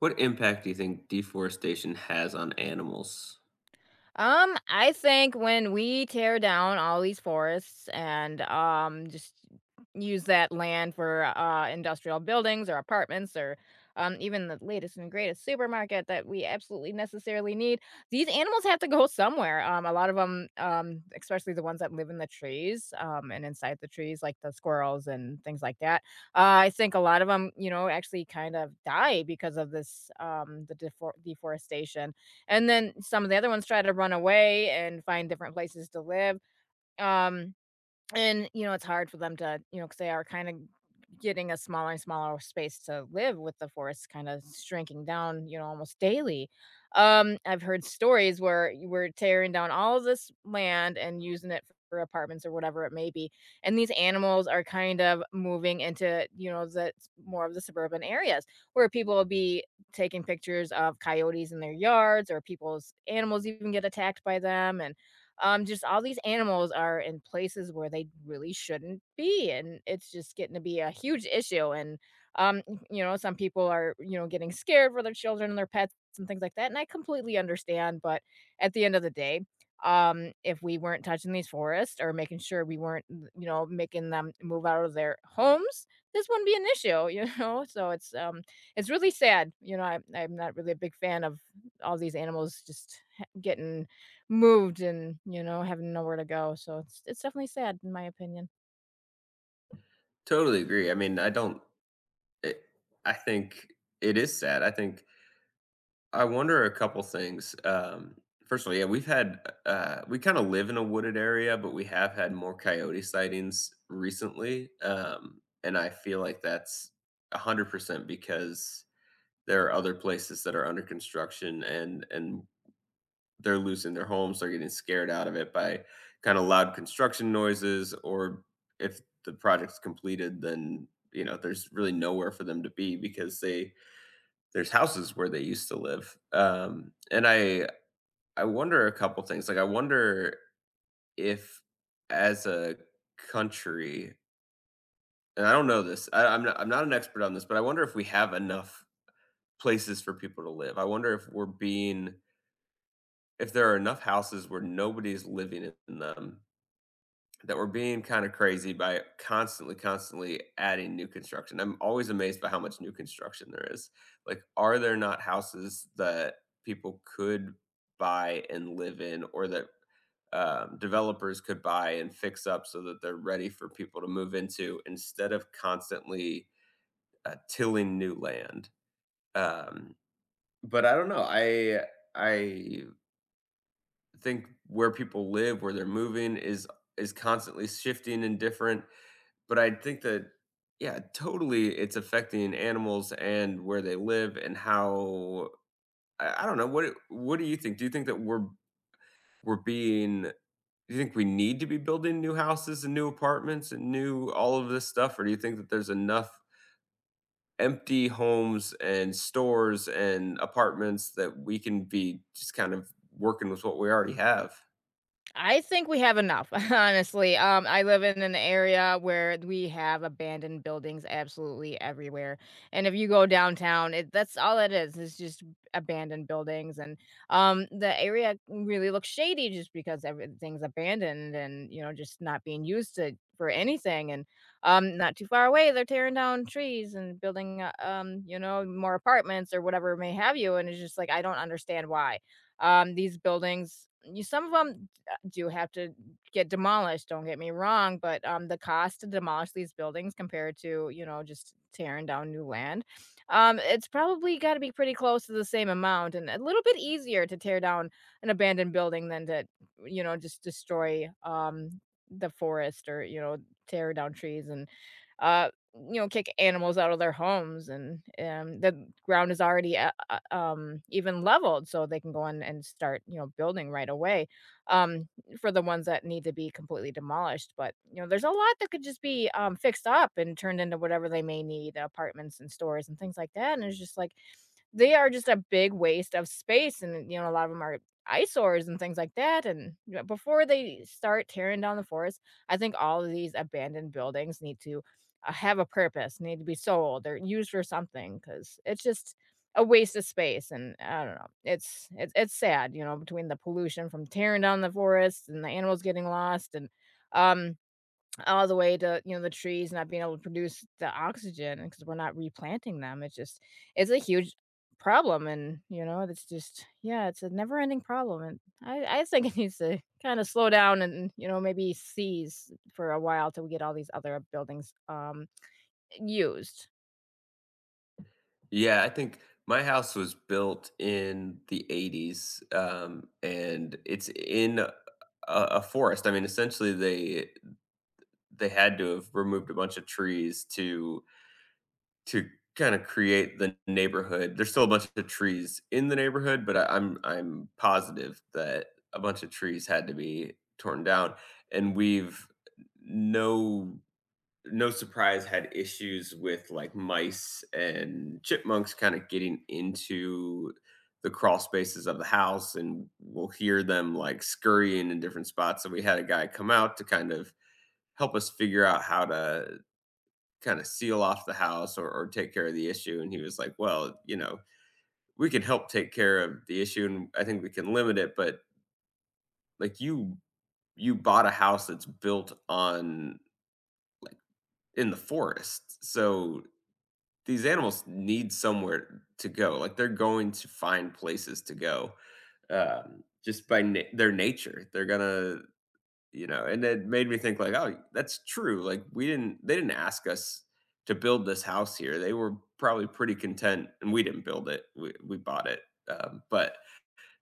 What impact do you think deforestation has on animals? I think when we tear down all these forests and just use that land for industrial buildings or apartments or even the latest and greatest supermarket that we absolutely necessarily need, these animals have to go somewhere. A lot of them, especially the ones that live in the trees and inside the trees, like the squirrels and things like that. I think a lot of them, actually kind of die because of this deforestation, and then some of the other ones try to run away and find different places to live. Um, and, it's hard for them to, because they are kinda getting a smaller and smaller space to live, with the forest kinda shrinking down, almost daily. I've heard stories where you were tearing down all this land and using it for apartments or whatever it may be, and these animals are kind of moving into, you know, the more of the suburban areas where people will be taking pictures of coyotes in their yards, or people's animals even get attacked by them. And just all these animals are in places where they really shouldn't be, and it's just getting to be a huge issue. And um, some people are getting scared for their children and their pets and things like that, and I completely understand. But at the end of the day, if we weren't touching these forests or making sure we weren't making them move out of their homes, this wouldn't be an issue. It's really sad. I'm not really a big fan of all these animals just getting moved and, having nowhere to go, so it's definitely sad in my opinion. Totally agree. I mean, I don't. It, I think it is sad. I think I wonder a couple things. First of all, yeah, we've had we kind of live in a wooded area, but we have had more coyote sightings recently, and I feel like that's 100% because there are other places that are under construction and they're losing their homes, they're getting scared out of it by kind of loud construction noises, or if the project's completed, then you know there's really nowhere for them to be because they there's houses where they used to live. And I wonder a couple things. Like I wonder if as a country, and I don't know this, I'm not an expert on this, but I wonder if we have enough places for people to live. I wonder if we're being if there are enough houses where nobody's living in them that we're being kind of crazy by constantly adding new construction. I'm always amazed by how much new construction there is. Like, are there not houses that people could buy and live in, or that developers could buy and fix up so that they're ready for people to move into instead of constantly tilling new land? Um, but I don't know. I think where people live, where they're moving, is constantly shifting and different but I think that yeah, totally it's affecting animals and where they live and how I don't know, what do you think? Do you think that we're being do you think we need to be building new houses and new apartments and new all of this stuff? Or do you think that there's enough empty homes and stores and apartments that we can be just kind of working with what we already have? I think we have enough, honestly. I live in an area where we have abandoned buildings absolutely everywhere, and if you go downtown, it that's all it is. It's just abandoned buildings. And the area really looks shady just because everything's abandoned and just not being used to for anything. And not too far away, they're tearing down trees and building more apartments or whatever may have you. And it's just like, I don't understand why these buildings you some of them do have to get demolished, don't get me wrong, but the cost to demolish these buildings compared to, just tearing down new land, it's probably gotta be pretty close to the same amount, and a little bit easier to tear down an abandoned building than to, just destroy, the forest, or, tear down trees and, uh, kick animals out of their homes. And, the ground is already, even leveled, so they can go in and start, building right away, um, for the ones that need to be completely demolished. But, there's a lot that could just be, fixed up and turned into whatever they may need, apartments and stores and things like that. And it's just like, they are just a big waste of space, and, a lot of them are eyesores and things like that. And, before they start tearing down the forest, I think all of these abandoned buildings need to, have a purpose, need to be sold or used for something, because it's just a waste of space. And I don't know, it's sad, you know, between the pollution from tearing down the forests and the animals getting lost, and, um all the way to, the trees not being able to produce the oxygen because we're not replanting them. It's just it's a huge problem. And, it's just, yeah, it's a never ending problem. And I think it needs to kind of slow down and, maybe cease for a while till we get all these other buildings used. Yeah, I think my house was built in the 80s, and it's in a forest. I mean, essentially, they had to have removed a bunch of trees to to kind of create the neighborhood. There's still a bunch of trees in the neighborhood, but I'm positive that a bunch of trees had to be torn down, and we've no no surprise had issues with like mice and chipmunks kind of getting into the crawl spaces of the house and we'll hear them like scurrying in different spots so we had a guy come out to kind of help us figure out how to kind of seal off the house or take care of the issue and he was like well you know we can help take care of the issue and I think we can limit it but like you bought a house that's built on like in the forest so these animals need somewhere to go. Like they're going to find places to go just by their nature. They're gonna, you know. And it made me think like, oh, that's true. Like we didn't, they didn't ask us to build this house here. They were probably pretty content, and we didn't build it. We bought it. But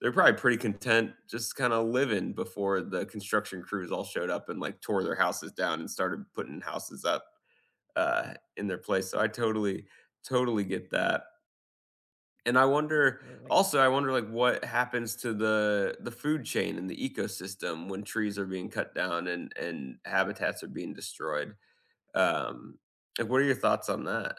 they're probably pretty content just kind of living before the construction crews all showed up and like tore their houses down and started putting houses up in their place. So I totally, totally get that. And I wonder Absolutely. also, I wonder, like, what happens to the food chain and the ecosystem when trees are being cut down and habitats are being destroyed. Um, like, what are your thoughts on that?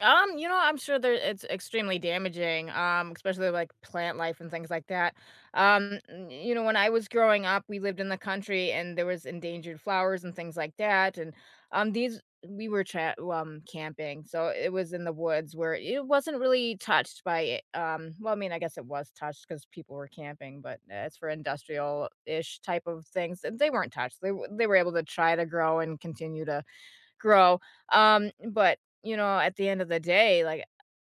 I'm sure there it's extremely damaging, especially like plant life and things like that. You know, when I was growing up, we lived in the country and there was endangered flowers and things like that. And these, we were camping, so it was in the woods where it wasn't really touched by it. Well, I mean, I guess it was touched because people were camping, but it's for industrial ish type of things. And they weren't touched. They were able to try to grow and continue to grow. But you know, at the end of the day, like,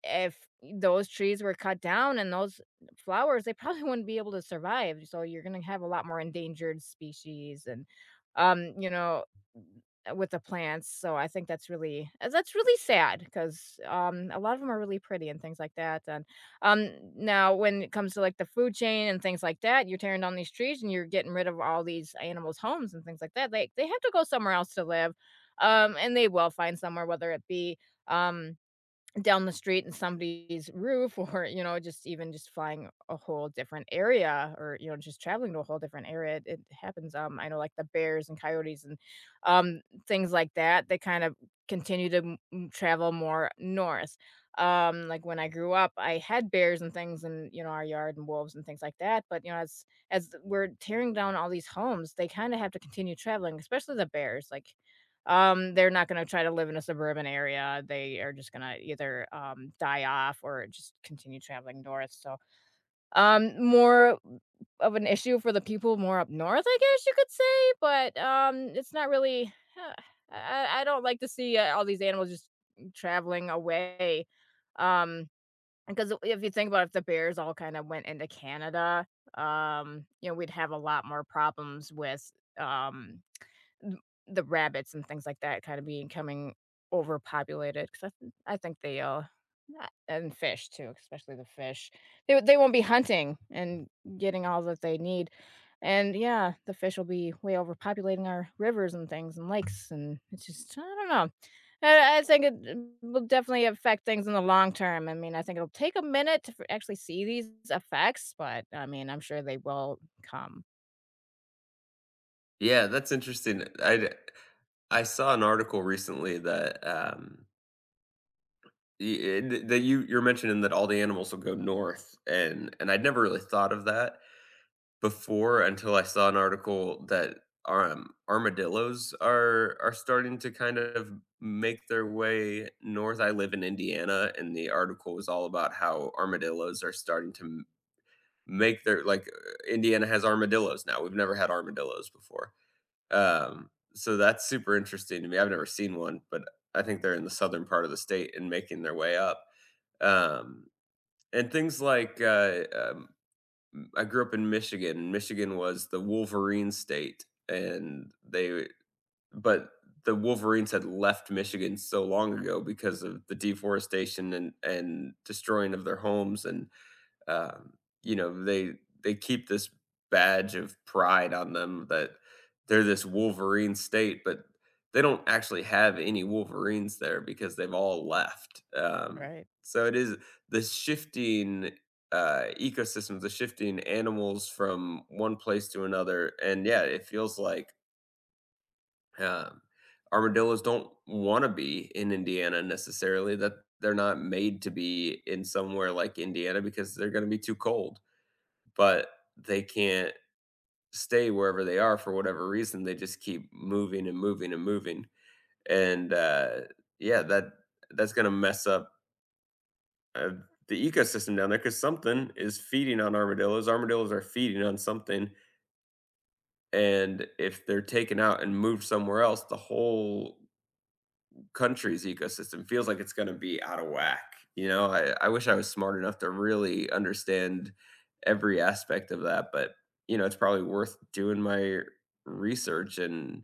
if those trees were cut down and those flowers, they probably wouldn't be able to survive, so you're gonna have a lot more endangered species, and, you know, with the plants. So I think that's really sad, because a lot of them are really pretty and things like that. And, now when it comes to, like, the food chain and things like that, you're tearing down these trees and you're getting rid of all these animals' homes and things like that, they have to go somewhere else to live, and they will find somewhere, whether it be, um down the street in somebody's roof or, you know, just even just flying a whole different area, or, you know, just traveling to a whole different area. It happens. I know, like the bears and coyotes and um, things like that. They kind of continue to travel more north. Like when I grew up, I had bears and things in, our yard, and wolves and things like that. But, you know, as we're tearing down all these homes, they kind of have to continue traveling, especially the bears. Like, they're not gonna try to live in a suburban area. They are just gonna either, die off or just continue traveling north. So, more of an issue for the people more up north, I guess you could say. But, it's not really I I don't like to see, all these animals just traveling away, um, because if you think about it, if the bears all kinda went into Canada, you know, we'd have a lot more problems with, um, Th the rabbits and things like that kinda becoming overpopulated, 'cause I think they, yeah, and fish too, especially the fish. They won't be hunting and getting all that they need, and yeah, the fish will be way overpopulating our rivers and things and lakes. And it's just, I don't know. I think it will definitely affect things in the long term. I mean, I think it'll take a minute to f actually see these effects, but, I mean, I'm sure they will come, Yeah, that's interesting. I saw an article recently that that you're mentioning that all the animals will go north, and I'd never really thought of that. Before until I saw an article that, armadillos are starting to kind of make their way north. I live in Indiana, and the article was all about how armadillos are starting to m make their like, Indiana has armadillos now. We've never had armadillos before. So that's super interesting to me. I've never seen one, but I think they're in the southern part of the state and making their way up. Um, and things like, I grew up in Michigan. Michigan was the Wolverine state, and they but the Wolverines had left Michigan so long ago because of the deforestation and destroying of their homes and um, you know, they keep this badge of pride on them that they're this Wolverine state, but they don't actually have any Wolverines there because they've all left. Right? So it is the shifting ecosystems, the shifting animals from one place to another, and yeah, it feels like um, armadillos don't want to be in Indiana necessarily. That they're not made to be in somewhere like Indiana because they're going to be too cold but they can't stay wherever they are for whatever reason. They just keep moving and moving and moving. And yeah, that's gonna mess up uh, the ecosystem down there because something is feeding on armadillos. Armadillos are feeding on something, and if they're taken out and moved somewhere else, the whole country's ecosystem feels like it's going to be out of whack. You know, I wish I was smart enough to really understand every aspect of that, but you know, it's probably worth doing my research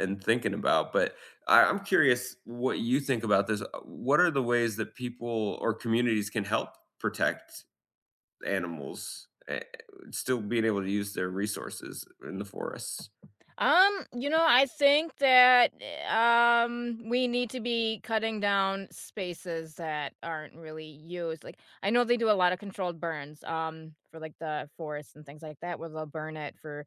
and thinking about. But I'm curious what you think about this. What are the ways that people or communities can help protect animals, still being able to use their resources in the forests. I think that we need to be cutting down spaces that aren't really used. Like, I know they do a lot of controlled burns for like the forests and things like that, where they'll burn it for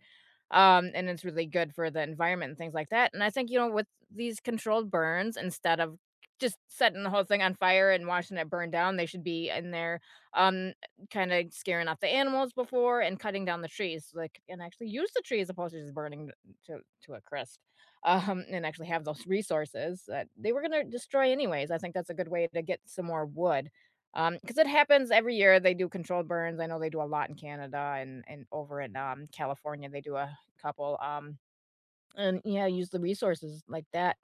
and it's really good for the environment and things like that. And I think, you know, with these controlled burns, instead of just setting the whole thing on fire and watching it burn down, they should be in there um kind of scaring off the animals before, and cutting down the trees so they can actually use the trees, opposed to just burning to a crisp. And actually have those resources that they were gonna destroy anyways. I think that's a good way to get some more wood, because it happens every year. They do controlled burns. I know they do a lot in Canada, and over in, California, they do a couple. And yeah, use the resources like that.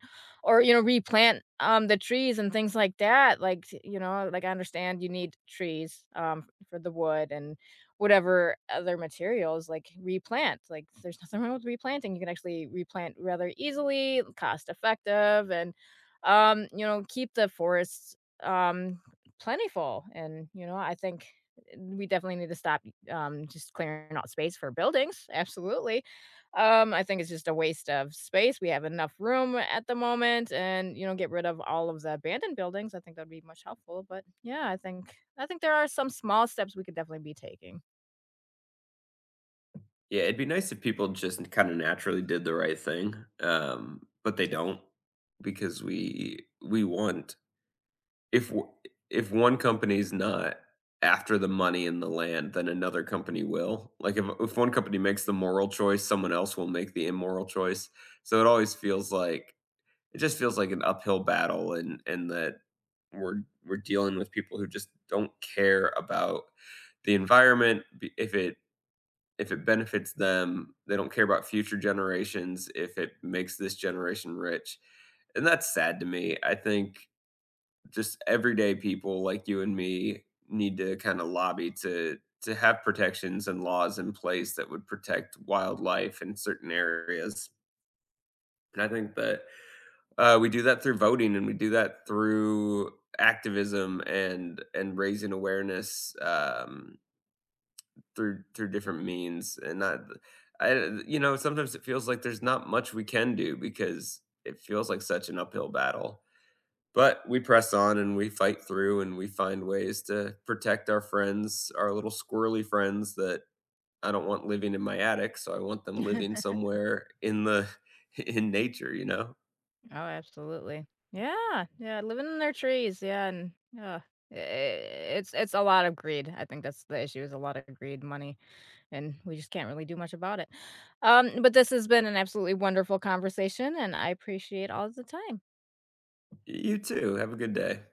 Or, you know, replant, the trees and things like that. Like, you know, like, I understand you need trees, for the wood and whatever other materials. Like, replant. Like, there's nothing wrong with replanting. You can actually replant rather easily, cost effective, and, you know, keep the forests, um, plentiful. And, you know, I think we definitely need to stop, just clearing out space for buildings, absolutely. I think it's just a waste of space. We have enough room at the moment, and, you know, get rid of all of the abandoned buildings. I think that'd be much helpful. But yeah, I think there are some small steps we could definitely be taking. Yeah, it'd be nice if people just kind of naturally did the right thing, but they don't because we want If w if one company's not after the money and the land, then another company will. Like, if one company makes the moral choice, someone else will make the immoral choice. So it always feels like it just feels like an uphill battle and that we're dealing with people who just don't care about the environment, b if it benefits them, they don't care about future generations, if it makes this generation rich, and that's sad to me. I think just everyday people like you and me need to kind of lobby to have protections and laws in place that would protect wildlife in certain areas. And I think that we do that through voting, and we do that through activism and raising awareness through through different means. And not, I, you know, sometimes it feels like there's not much we can do because it feels like such an uphill battle. But we press on and we fight through and we find ways to protect our friends, our little squirrely friends that I don't want living in my attic, so I want them living somewhere in the in nature, you know? Oh, absolutely. Yeah. Yeah, living in their trees, yeah, and yeah. It's a lot of greed. I think that's the issue, is a lot of greed, money, and we just can't really do much about it. But this has been an absolutely wonderful conversation, and I appreciate all the time. You too. Have a good day.